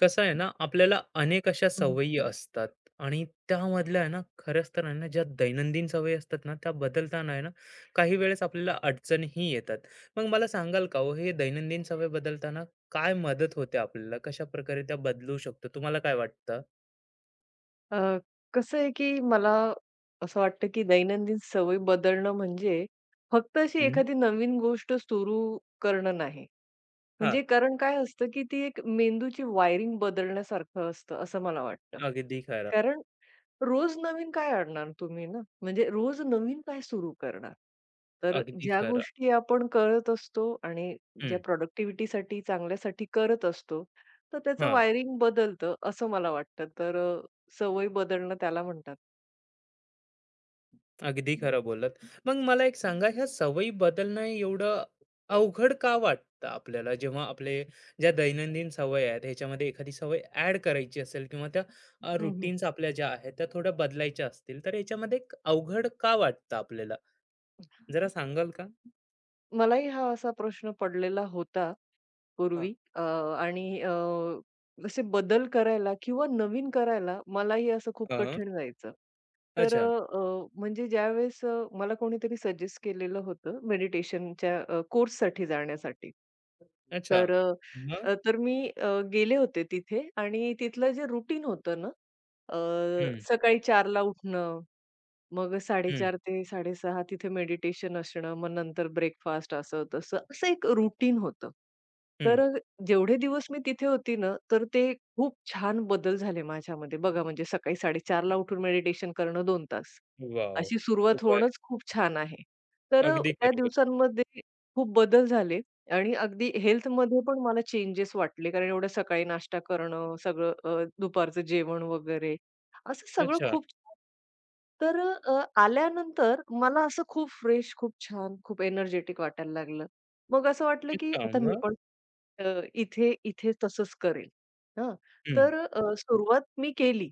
कसं आहे ना आपल्याला अनेक अशा हं. सवयी असतात. आणि त्यामधल्या आहे ना खरंच तर आहे ना ज्या दैनंदिन सवयी असतात ना त्या बदलताना आहे ना काही वेळेस आपल्याला अडचणही येतात. मग मला सांगाल का हो हे दैनंदिन सवय बदलताना काय मदत होते आपल्याला, कशा प्रकारे त्या बदलू शकतो? तुम्हाला काय वाटतं? अ, कसं आहे, की मला असं वाटतं, की दैनंदिन सवय बदलणं म्हणजे फक्त अशी हम्म. एखादी नवीन गोष्ट सुरू करणं नाही. हा, म्हणजे कारण काय असतं, की ती एक मेंदूची वायरिंग बदलण्यासारखं असतं, असं मला वाटतं. अगदी खरं. कारण रोज नवीन काय आणणार तुम्ही ना? म्हणजे रोज नवीन काय सुरू करणार? तर अगदी ज्या खरं. गोष्टी आपण करत असतो आणि ज्या हम्म. प्रॉडक्टिव्हिटीसाठी, चांगल्यासाठी करत असतो, तर त्याचं हा, वायरिंग बदलतं, असं मला वाटतं. तर सवय बदलणं त्याला म्हणतात. अगदी खरं बोललात. मग मला एक सांगा, ह्या सवयी बदलणं एवढं अवघड का वाटतं आपल्याला? जेव्हा आपले ज्या दैनंदिन सवयी आहेत ह्याच्यामध्ये एखादी सवय ॲड करायची असेल किंवा त्या हं, हं. रूटीन्स आपल्या ज्या आहेत त्या थोड्या बदलायच्या असतील, तर याच्यामध्ये एक अवघड का वाटतं आपल्याला? जरा सांगाल का? मलाही हा असा प्रश्न पडलेला होता हां. पूर्वी आणि असे बदल करायला किंवा नवीन करायला मलाही असं खूप हां. कठीण जायचं. तर अ, अच्छा. अ, म्हणजे ज्यावेळेस मला कोणीतरी सजेस्ट केलेलं होतं मेडिटेशनच्या कोर्ससाठी जाण्यासाठी. अच्छा. तर अ, मग? अ, तर मी गेले होते तिथे आणि तिथलं जे रुटीन होतं ना, अ, हं, सकाळी 4:00 उठणं मग हं, 4:30 ते 6:30 तिथे मेडिटेशन असणं, मग नंतर ब्रेकफास्ट असं-तसं, असं एक रुटीन होतं. तर हं. जेवढे दिवस मी तिथे होती ना, तर ते खूप छान बदल झाले माझ्यामध्ये. बघा म्हणजे सकाळी 4:30 ला उठून मेडिटेशन करणं 2 तास. वॉव! अशी सुरुवात सुपर. होणंच खूप छान आहे. तर अगदी त्या खरं बोल. दिवसांमध्ये खूप बदल झाले आणि अगदी हेल्थमध्ये पण मला चेंजेस वाटले कारण एवढं सकाळी नाश्ता करणं, सगळं दुपारचं जेवण वगैरे असं सगळं अच्छा. खूप छान. तर अ, आल्यानंतर मला असं खूप फ्रेश, खूप छान, खूप एनर्जेटिक वाटायला लागलं. मग असं वाटलं, की अच्छा. आता मी मग? पण अ, इथे इथे तसंच करेल. हां. हं. तर सुरुवात मी केली.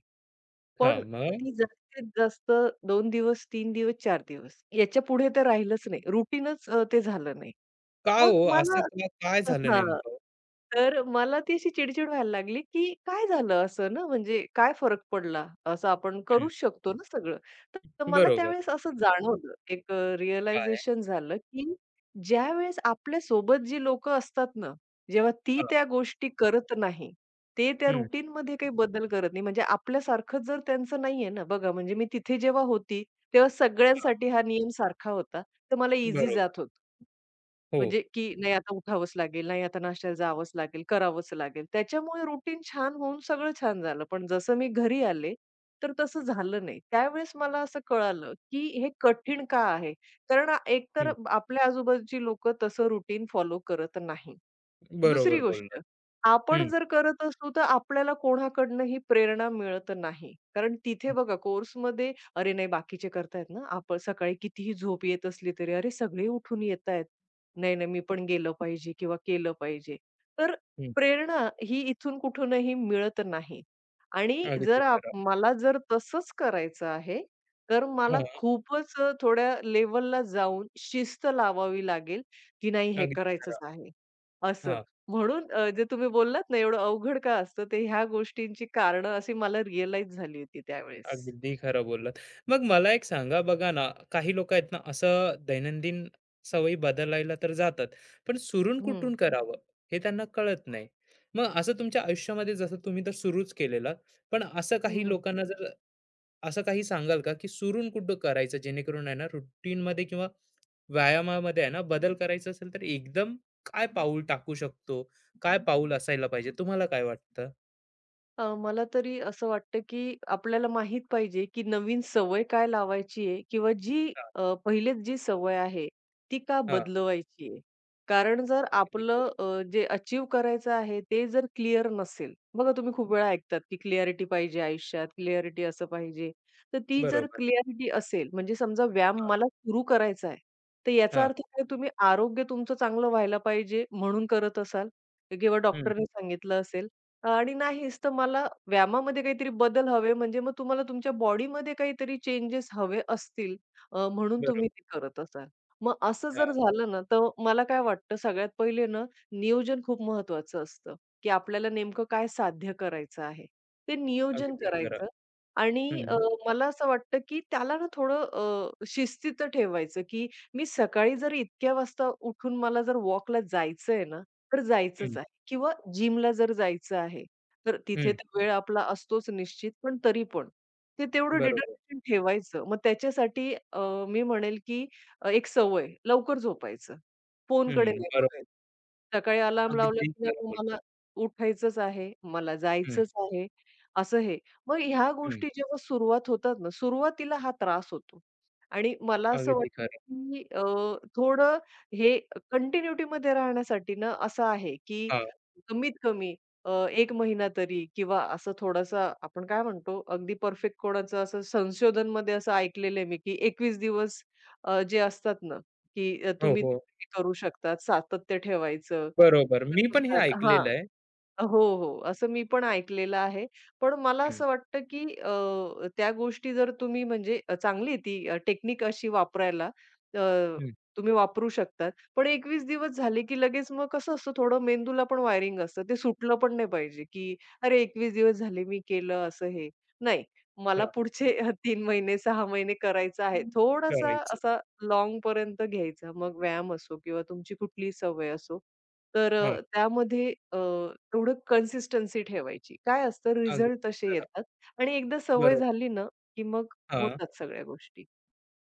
हां. पण मग? ती जास्तीत जास्त 2 दिवस, 3 दिवस, 4 दिवस. याच्यापुढे तर राहिलंच नाही. रुटीनच ते झालं नाही. का मग हो, असं मला का? काय झालं हां. नेमकं? तर मला ती अशी चिड व्हायला लागली, की काय झालं असं ना, म्हणजे काय फरक पडला? असं आपण करूच शकतो ना सगळं. तर मला बरोबर. त्यावेळेस असं जाणवलं, एक काय? रिअलायझेशन झालं, की ज्यावेळेस आपल्यासोबत जी लोकं असतात ना, जेव्हा ती हां. त्या गोष्टी करत नाही, ते त्या हं. रुटीनमध्ये काही बदल करत नाही, म्हणजे आपल्यासारखं जर त्यांचं नाहीये ना, बघा म्हणजे मी तिथे जेव्हा होती, तेव्हा हां. सगळ्यांसाठी हा नियम सारखा होता, तर मला ईझी बरोबर. जात होतं. हो. म्हणजे की नाही आता उठावंच लागेल, नाही आता नाश्त्याला जावंच लागेल, करावंच लागेल. त्याच्यामुळे रुटीन छान होऊन सगळं छान झालं. पण जसं मी घरी आले, तर तसं झालं नाही. त्यावेळेस मला असं कळालं, की हे कठीण का आहे? कारण एकतर हं. आपल्या आजूबाजूची लोकं तसं रुटीन फॉलो करत नाही. दुसरी बरोबर गोष्ट, बोललात. आपण हं, जर करत असू तर आपल्याला कोणाकडनं ही प्रेरणा मिळत नाही. कारण तिथे हं, बघा कोर्समध्ये, "अरे नाही बाकीचे करतायत ना, आपण सकाळी कितीही झोप येत असली तरी, अरे सगळे उठून येतायत. नाही, नाही मी पण गेलं पाहिजे किंवा केलं पाहिजे." तर हं. प्रेरणा ही इथून कुठूनही मिळत नाही. आणि अगदी जर आप खरं. मला जर तसंच करायचं आहे, तर मला हां, खूपच थोड्या लेव्हलला जाऊन शिस्त लावावी लागेल, की नाही हे अगदी करायचंच खरं. आहे, असं. हां, म्हणून जे तुम्ही बोललात ना, एवढं अवघड का असतं, ते ह्या गोष्टींची कारणं अशी मला रिअलाईज झाली होती त्यावेळेस. अगदी खरं बोललात. मग मला एक सांगा, बघा ना, काही लोकं आहेत ना, असं दैनंदिन सवयी बदलायला तर जातात, पण सुरून हं. कुठून करावं हे त्यांना कळत नाही. मग असं तुमच्या आयुष्यामध्ये जसं तुम्ही तर सुरूच केलेला, पण असं काही लोकांना जर असं काही सांगाल का, की सुरून कुठं करायचं, जेणेकरून आहे ना रुटीनमध्ये किंवा व्यायामामध्ये आहे ना बदल करायचा असेल, तर एकदम काय पाऊल टाकू शकतो? काय पाऊल असायला पाहिजे? तुम्हाला काय वाटतं? मला तरी असं वाटतं, की आपल्याला माहीत पाहिजे, की नवीन सवय काय लावायची आहे किंवा जी हां, पहिलेच जी सवय आहे, ती का हां. बदलवायची आहे? कारण जर अगदी आपलं खरं. जे अचीव्ह करायचं आहे, ते जर क्लिअर नसेल बघा तुम्ही खूप वेळा ऐकतात, की क्लिअॅरिटी पाहिजे आयुष्यात, क्लिअॅरिटी असं पाहिजे. तर ती जर बरोबर. क्लिअॅरिटी असेल, म्हणजे समजा व्यायाम हां, मला सुरू करायचा आहे, तर याचा हां. अर्थ काय तुम्ही आरोग्य तुमचं चांगलं व्हायला पाहिजे म्हणून करत असाल किंवा हं. डॉक्टरने सांगितलं असेल. आणि नाहीच तर मला व्यायामामध्ये काहीतरी बदल हवे, म्हणजे मग तुम्हाला तुमच्या बॉडीमध्ये काहीतरी चेंजेस हवे असतील म्हणून तुम्ही बरोबर. ते करत असाल. मग असं जर हां. झालं ना, तर मला काय वाटतं सगळ्यात पहिले ना, नियोजन खूप महत्त्वाचं असतं, की आपल्याला नेमकं काय साध्य करायचं आहे. ते नियोजन अगदी खरं. करायचं आणि हं, मला असं वाटतं, की त्याला ना थोडं शिस्तीचं ठेवायचं, की मी सकाळी जर इतक्या वाजता उठून मला जर वॉकला जायचंय ना, तर हं, जायचंच किंवा जिमला जर जायचं आहे, तर तिथे हं. तर वेळ आपला असतोच निश्चित, पण तरी पण ते तेवढं बरोबर. डिटर्मिनेशन ठेवायचं. मग त्याच्यासाठी मी म्हणेल की एक सवय लवकर झोपायचं. फोनकडे हं. नाही बरोबर. बघायचं. सकाळी अलार्म लावला अगदी की नाही खरं मग मला बोललात. उठायचंच आहे, मला हं, जायचंच आहे, असं हे. मग ह्या हं. गोष्टी जेव्हा सुरुवात होतात ना, सुरुवातीला हा त्रास होतो आणि मला असं अगदी वाटतं खरं. की थोडं हे कंटिन्युटीमध्ये राहण्यासाठी ना असं आहे की हां. कमीत कमी अ, 1 महिना तरी किंवा असं थोडासा आपण काय म्हणतो अगदी परफेक्ट कोणाचं असं संशोधनमध्ये असं ऐकलेलं आहे मी, की 21 दिवस जे असतात ना, की हो, तुम्ही हो. ते करू शकतात, सातत्य ठेवायचं. बरोबर. मी पण हे त्यानुसार हां. ऐकलेलं आहे. हो, हो. असं मी पण ऐकलेलं आहे. पण मला हं, असं वाटतं, की त्या गोष्टी जर तुम्ही म्हणजे चांगली ती टेक्निक अशी वापरायला अ, हं. तुम्ही वापरू शकतात. पण 21 दिवस झाले, की लगेच मग कसं असतं थोडं मेंदूला पण वायरिंग असतं. ते सुटलं पण नाही पाहिजे, की अरे 21 दिवस झाले मी केलं असं हे. नाही, मला हां. पुढचे 3 महिने, 6 महिने करायचं आहे. थोडासा करायचं. असा लाँगपर्यंत घ्यायचा. मग व्यायाम असो किंवा तुमची कुठलीही सवय असो. तर हां. त्यामध्ये तेवढं कन्सिस्टन्सी ठेवायची. काय असतं अगदी रिझल्ट तसे खरं. येतात आणि एकदा सवय बरोबर. झाली ना, की मग हां. होतात सगळ्या गोष्टी.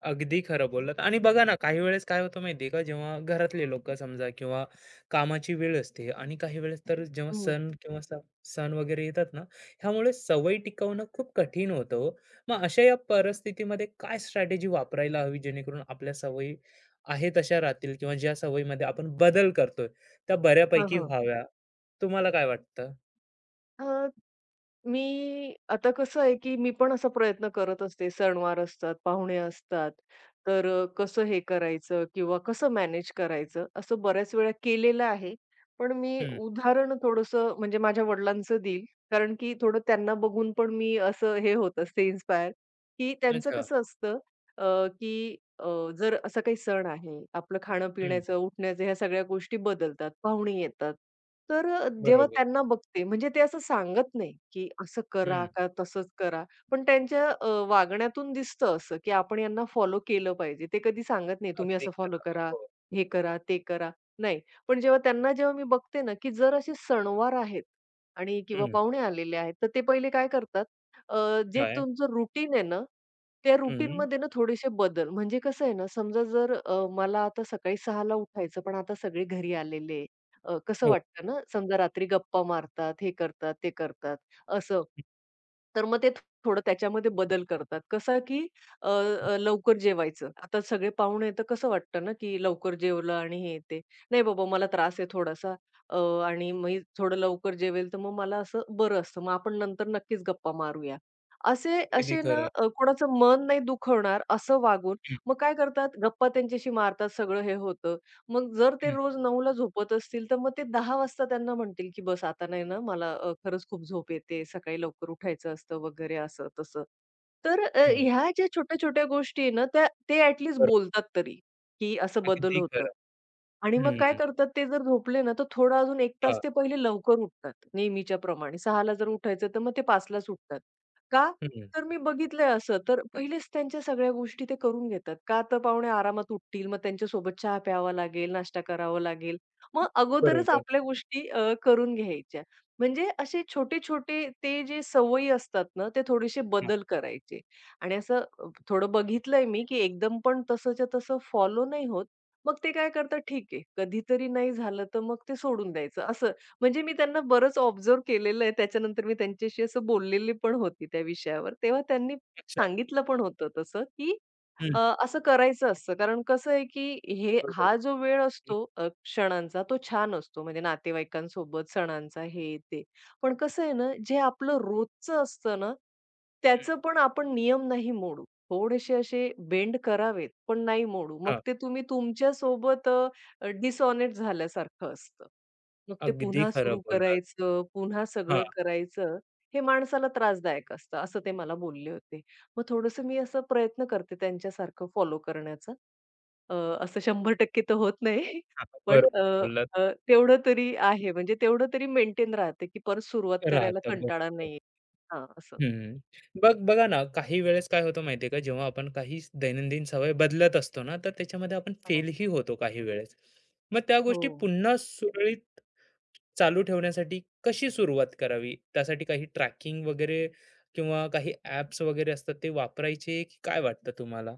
अगदी खरं बोललात. आणि बघा ना, काही वेळेस काय होतं माहिती आहे का, जेव्हा घरातले लोकं समजा किंवा कामाची वेळ असते आणि काही वेळेस तर जेव्हा हं. सण किंवा सण वगैरे येतात ना, ह्यामुळे सवयी टिकवणं खूप कठीण होतं हो. मग अशा या परिस्थितीमध्ये काय स्ट्रॅटेजी वापरायला हवी, जेणेकरून आपल्या सवयी आहेत तशा राहतील किंवा ज्या सवयीमध्ये आपण बदल करतोय, त्या हां, बऱ्यापैकी हां. व्हाव्या. तुम्हाला काय वाटतं? अ, मी आता कसं आहे, की मी पण असा प्रयत्न करत असते. सणवार असतात, पाहुणे असतात, तर कसं हे करायचं किंवा कसं मॅनेज करायचं, असं बऱ्याच वेळा केलेलं आहे. पण मी हं. उदाहरण थोडंसं म्हणजे माझ्या वडिलांचं देईल, कारण की थोडं त्यांना बघून पण मी असं हे होत असते इन्स्पायर, की त्यांचं अच्छा. कसं असतं अ, की जर असा काही सण आहे, आपलं हं. खाणं-पिण्याचं, उठण्याचं ह्या सगळ्या गोष्टी बदलतात, पाहुणे येतात. तर जेव्हा बरोबर. त्यांना बघते, म्हणजे ते असं सांगत नाही, की असं करा हं. का तसंच करा. पण त्यांच्या वागण्यातून दिसतं असं, की आपण यांना फॉलो केलं पाहिजे. ते कधी सांगत नाही, तुम्ही अगदी असं फॉलो खरं. करा, हो. हे करा, ते करा. नाही. पण जेव्हा मी बघते ना, की जर असे सणवार आहेत आणि किंवा हं. पाहुणे आलेले आहेत, तर ते पहिले काय करतात, जे काय? तुमचं रुटीन आहे ना, त्या हं. रुटीनमध्ये ना थोडेसे बदल म्हणजे कसं आहे ना, समजा जर मला आता सकाळी 6:00 उठायचं, पण आता सगळे घरी आलेले आहे. कसं हो. वाटतं ना, समजा रात्री गप्पा मारतात, हे करतात, ते करतात असं. तर मग ते थोडं त्याच्यामध्ये बदल करतात. कसं की अ, अ, लवकर जेवायचं. आता सगळे पाहुणे तर कसं वाटतं ना, की लवकर जेवलं आणि हे ते. नाही बाबा मला त्रास आहे थोडासा अ, आणि मी थोडं लवकर जेवेल तर मग मला असं बरं असतं. मग आपण नंतर नक्कीच गप्पा मारूया. असे अगदी असे ना खरं. कोणाचं मन नाही दुखवणार असं वागून हं, मग काय करतात गप्पा त्यांच्याशी मारतात, सगळं हे होतं. मग जर ते हं, रोज 9:00ला झोपत असतील, तर मग ते 10:00 वाजता त्यांना म्हणतील, की "बस आता नाही ना, मला खरंच खूप झोप येते, सकाळी लवकर उठायचं असतं" वगैरे असं-तसं. तर हं. ह्या ज्या छोट्या-छोट्या गोष्टी आहे ना, त्या ते ॲट बरोबर. बोलतात तरी, की असं बदल अगदी होतं. खरं. आणि मग काय हं. करतात ते जर झोपले ना, तर थोडा अजून 1 तास हां. ते पहिले लवकर उठतात नेहमीच्या प्रमाणे. 6:00ला जर उठायचं, तर मग ते 5:00लाच उठतात. का? हं. तर मी बघितलंय असं. तर पहिलेच त्यांच्या सगळ्या गोष्टी ते करून घेतात. का तर पाहुणे आरामात उठतील, मग त्यांच्यासोबत चहा प्यावा लागेल, नाश्ता करावा लागेल. मग अगोदरच बरोबर. आपल्या गोष्टी करून घ्यायच्या. म्हणजे असे छोटे-छोटे ते जे सवयी असतात ना, ते थोडेसे हां. बदल करायचे. आणि असं थोडं बघितलंय मी, की एकदम पण तसंच्या तसं फॉलो नाही होत. मग ते काय करतात, ठीक आहे, कधीतरी नाही झालं तर मग ते सोडून द्यायचं असं. म्हणजे मी त्यांना बरंच ऑब्झर्व्ह केलेलं आहे. त्याच्यानंतर मी त्यांच्याशी असं बोललेली पण होती त्या विषयावर. तेव्हा त्यांनी अच्छा. सांगितलं पण होतं तसं, की हं. अ, असं करायचं असतं. कारण कसं आहे, की बरोबर. हा जो वेळ हं, असतो क्षणांचा तो छान असतो. म्हणजे नातेवाईकांसोबत सणांचा हे, ते. पण कसं आहे ना, जे आपलं रोजचं असतं ना, हं. त्याचं पण आपण नियम नाही मोडू. थोडेसे असे बेंड करावेत, पण नाही मोडू. मग हां. ते तुम्ही तुमच्यासोबत अ, अ, डिसऑनेस्ट झाल्यासारखं असतं. मग ते अगदी पुन्हा खरं सुरू बोललात. करायचं, पुन्हा हां, सगळं करायचं, हे माणसाला त्रासदायक असतं, असं ते मला बोलले होते. मग थोडंसं मी असं प्रयत्न करते त्यांच्यासारखं फॉलो करण्याचा. अ, असं 100% तर होत नाही. हां. पण बरोबर अ, बोललात. अ, तेवढं तरी आहे म्हणजे तेवढं तरी मेंटेन राहते, की परत सुरुवात करायला राहतं. कंटाळा बरोबर. नाही येत. असं. हम्म. बघा ना, काही वेळेस काय होतं माहिती का, जेव्हा आपण काही दैनंदिन सवय बदलत असतो ना, तर त्याच्यामध्ये आपण हो. फेलही होतो काही वेळेस. मग त्या हो. गोष्टी पुन्हा सुरळीत चालू ठेवण्यासाठी कशी सुरुवात करावी? त्यासाठी काही ट्रॅकिंग वगैरे किंवा काही ॲप्स वगैरे असतात ते वापरायचे, की काय वाटतं तुम्हाला?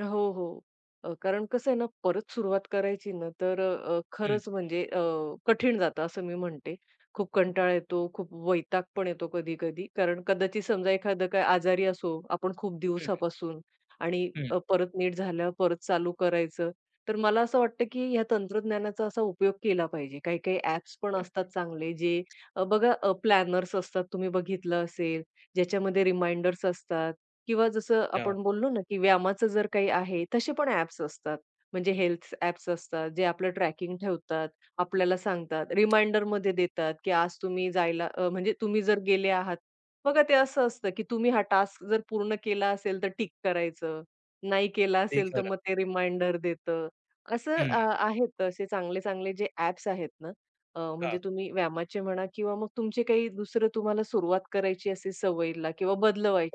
हो, हो. कारण कसं आहे ना, परत सुरुवात करायची ना, तर हं, खरंच म्हणजे कठीण जातं असं मी म्हणते. खूप कंटाळा येतो, खूप वैताग पण येतो कधी-कधी. कारण कदाचित समजा एखादं काय आजारी असो आपण खूप हं, हं, दिवसापासून आणि हं. परत नीट झाल्यावर परत चालू करायचं. तर मला असं वाटतं, की ह्या तंत्रज्ञानाचा असा उपयोग केला पाहिजे. काही-काही ॲप्स पण असतात चांगले, जे बघा प्लॅनर्स असतात तुम्ही बघितलं असेल, ज्याच्यामध्ये रिमाइंडर्स असतात. किंवा जसं हां, आपण बोललो ना, की व्यायामाचं जर काही आहे, तसे पण ॲप्स असतात. म्हणजे हेल्थ ॲप्स असतात, जे आपलं ट्रॅकिंग ठेवतात, आपल्याला सांगतात, रिमाइंडरमध्ये देतात, की आज तुम्ही जायला म्हणजे तुम्ही जर गेले आहात. बघा ते असं असतं, की तुम्ही हा टास्क जर पूर्ण केला असेल तर टिक करायचं, नाही केला अगदी असेल तर मग खरं. ते रिमाइंडर देतं. असं हं, आहेत असे चांगले-चांगले जे ॲप्स आहेत ना, हां, म्हणजे तुम्ही व्यायामाचे म्हणा किंवा मग तुमचे काही दुसरं तुम्हाला सुरुवात करायची असेल सवयीला किंवा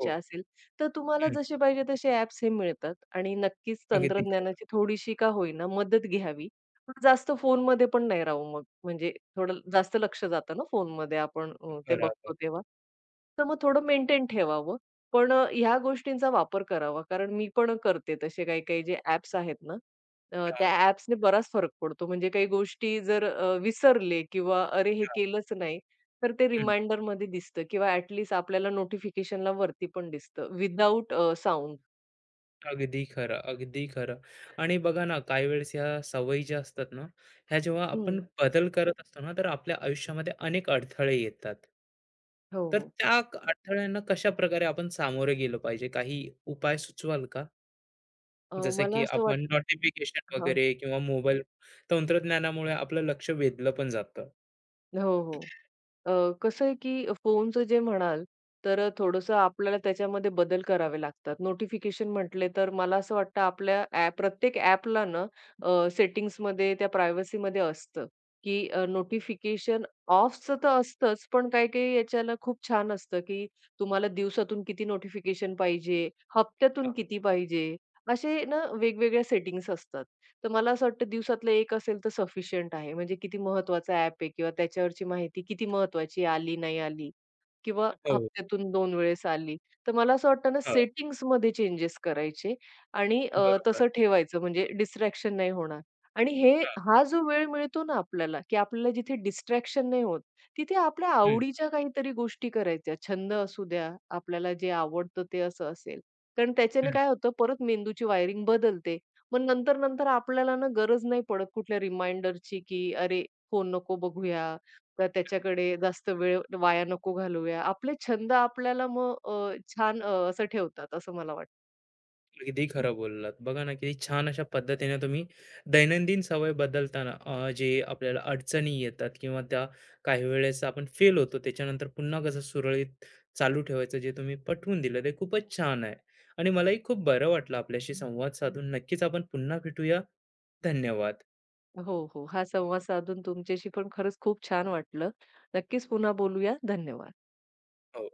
हो. असेल तर तुम्हाला हं, जसे पाहिजे तसे ॲप्स हे मिळतात आणि नक्कीच अगदी खरं. तंत्रज्ञानाची थोडीशी का होईना मदत घ्यावी. पण जास्त फोनमध्ये पण नाही राहू मग. म्हणजे थोडं जास्त लक्ष जातं ना फोनमध्ये आपण ते बरोबर. बघतो तेव्हा. तर मग थोडं मेंटेन ठेवावं. पण ह्या गोष्टींचा वापर करावा. कारण मी पण करते तसे काही-काही जे ॲप्स आहेत ना, हां, त्या ॲप्सने बराच फरक पडतो. म्हणजे काही गोष्टी जर विसरले किंवा अरे हे हां. केलंच नाही, तर ते हं. रिमाइंडरमध्ये दिसतं किंवा ॲट लीस्ट आपल्याला नोटिफिकेशनला वरती पण दिसतं विदाऊट साउंड. अगदी खरं, अगदी खरं. आणि बघा ना, काही वेळेस ह्या सवयी ज्या असतात ना, ह्या जेव्हा हं. आपण बदल करत असतो ना, तर आपल्या आयुष्यामध्ये अनेक अडथळे येतात. हो, तर हो. त्या अडथळ्यांना कशा प्रकारे आपण सामोरे गेलो पाहिजे? काही उपाय सुचवाल का? जसं मला की असं आपण वाटतं नोटिफिकेशन हां. वगैरे किंवा मोबाईल तंत्रज्ञानामुळे आपलं लक्ष वेधलं पण जातं. हो, हो. अ, कसं आहे की फोनचं जे म्हणाल, तर थोडंसं आपल्याला त्याच्यामध्ये बदल करावे लागतात. नोटिफिकेशन म्हटले तर मला असं वाटतं आपल्या ॲप प्रत्येक ॲपला ना सेटिंग्समध्ये त्या प्रायव्हसीमध्ये असतं, की नोटिफिकेशन ऑफचं तर असतंच, पण काही-काही याच्याला खूप छान असतं, की तुम्हाला दिवसातून किती नोटिफिकेशन पाहिजे, हप्त्यातून हां. किती पाहिजे, असे ना वेगवेगळ्या सेटिंग्स असतात. तर मला असं वाटतं दिवसातलं एक असेल तर सफिशियंट आहे. म्हणजे किती महत्वाचा ॲप आहे किंवा त्याच्यावरची माहिती किती महत्वाची आली, नाही आली किंवा हो, हप्त्यातून 2 वेळेस आली. तर मला असं वाटतं ना हां, सेटिंग्समध्ये चेंजेस करायचे आणि बरोबर. तसं ठेवायचं म्हणजे डिस्ट्रॅक्शन नाही होणार. आणि हां, हा जो वेळ मिळतो ना आपल्याला, की आपल्याला जिथे डिस्ट्रॅक्शन नाही होत, तिथे आपल्या हं. आवडीच्या काहीतरी गोष्टी करायच्या. छंद असू द्या, आपल्याला जे आवडतं ते असं असेल. कारण त्याच्याने काय होतं परत मेंदूची वायरिंग बदलते. मग नंतर-नंतर आपल्याला ना गरज नाही पडत कुठल्या रिमाइंडरची, की "अरे, फोन नको बघूया, तर त्याच्याकडे जास्त वेळ वाया नको घालवूया." आपले छंद आपल्याला मग छान असं ठेवतात असं मला वाटतं. अगदी खरं बोललात. बघा ना, किती छान अशा पद्धतीने तुम्ही दैनंदिन सवय बदलताना जे आपल्याला अडचणी येतात किंवा त्या काही वेळेस आपण फेल होतो, त्याच्यानंतर पुन्हा कसं सुरळीत चालू ठेवायचं जे तुम्ही पटवून दिलं, ते खूपच छान आहे. आणि मलाही खूप बरं वाटलं आपल्याशी संवाद साधून. नक्कीच आपण पुन्हा भेटूया. धन्यवाद. हो, हो. हा संवाद साधून तुमच्याशी पण खरंच खूप छान वाटलं. नक्कीच पुन्हा बोलूया. धन्यवाद. हो.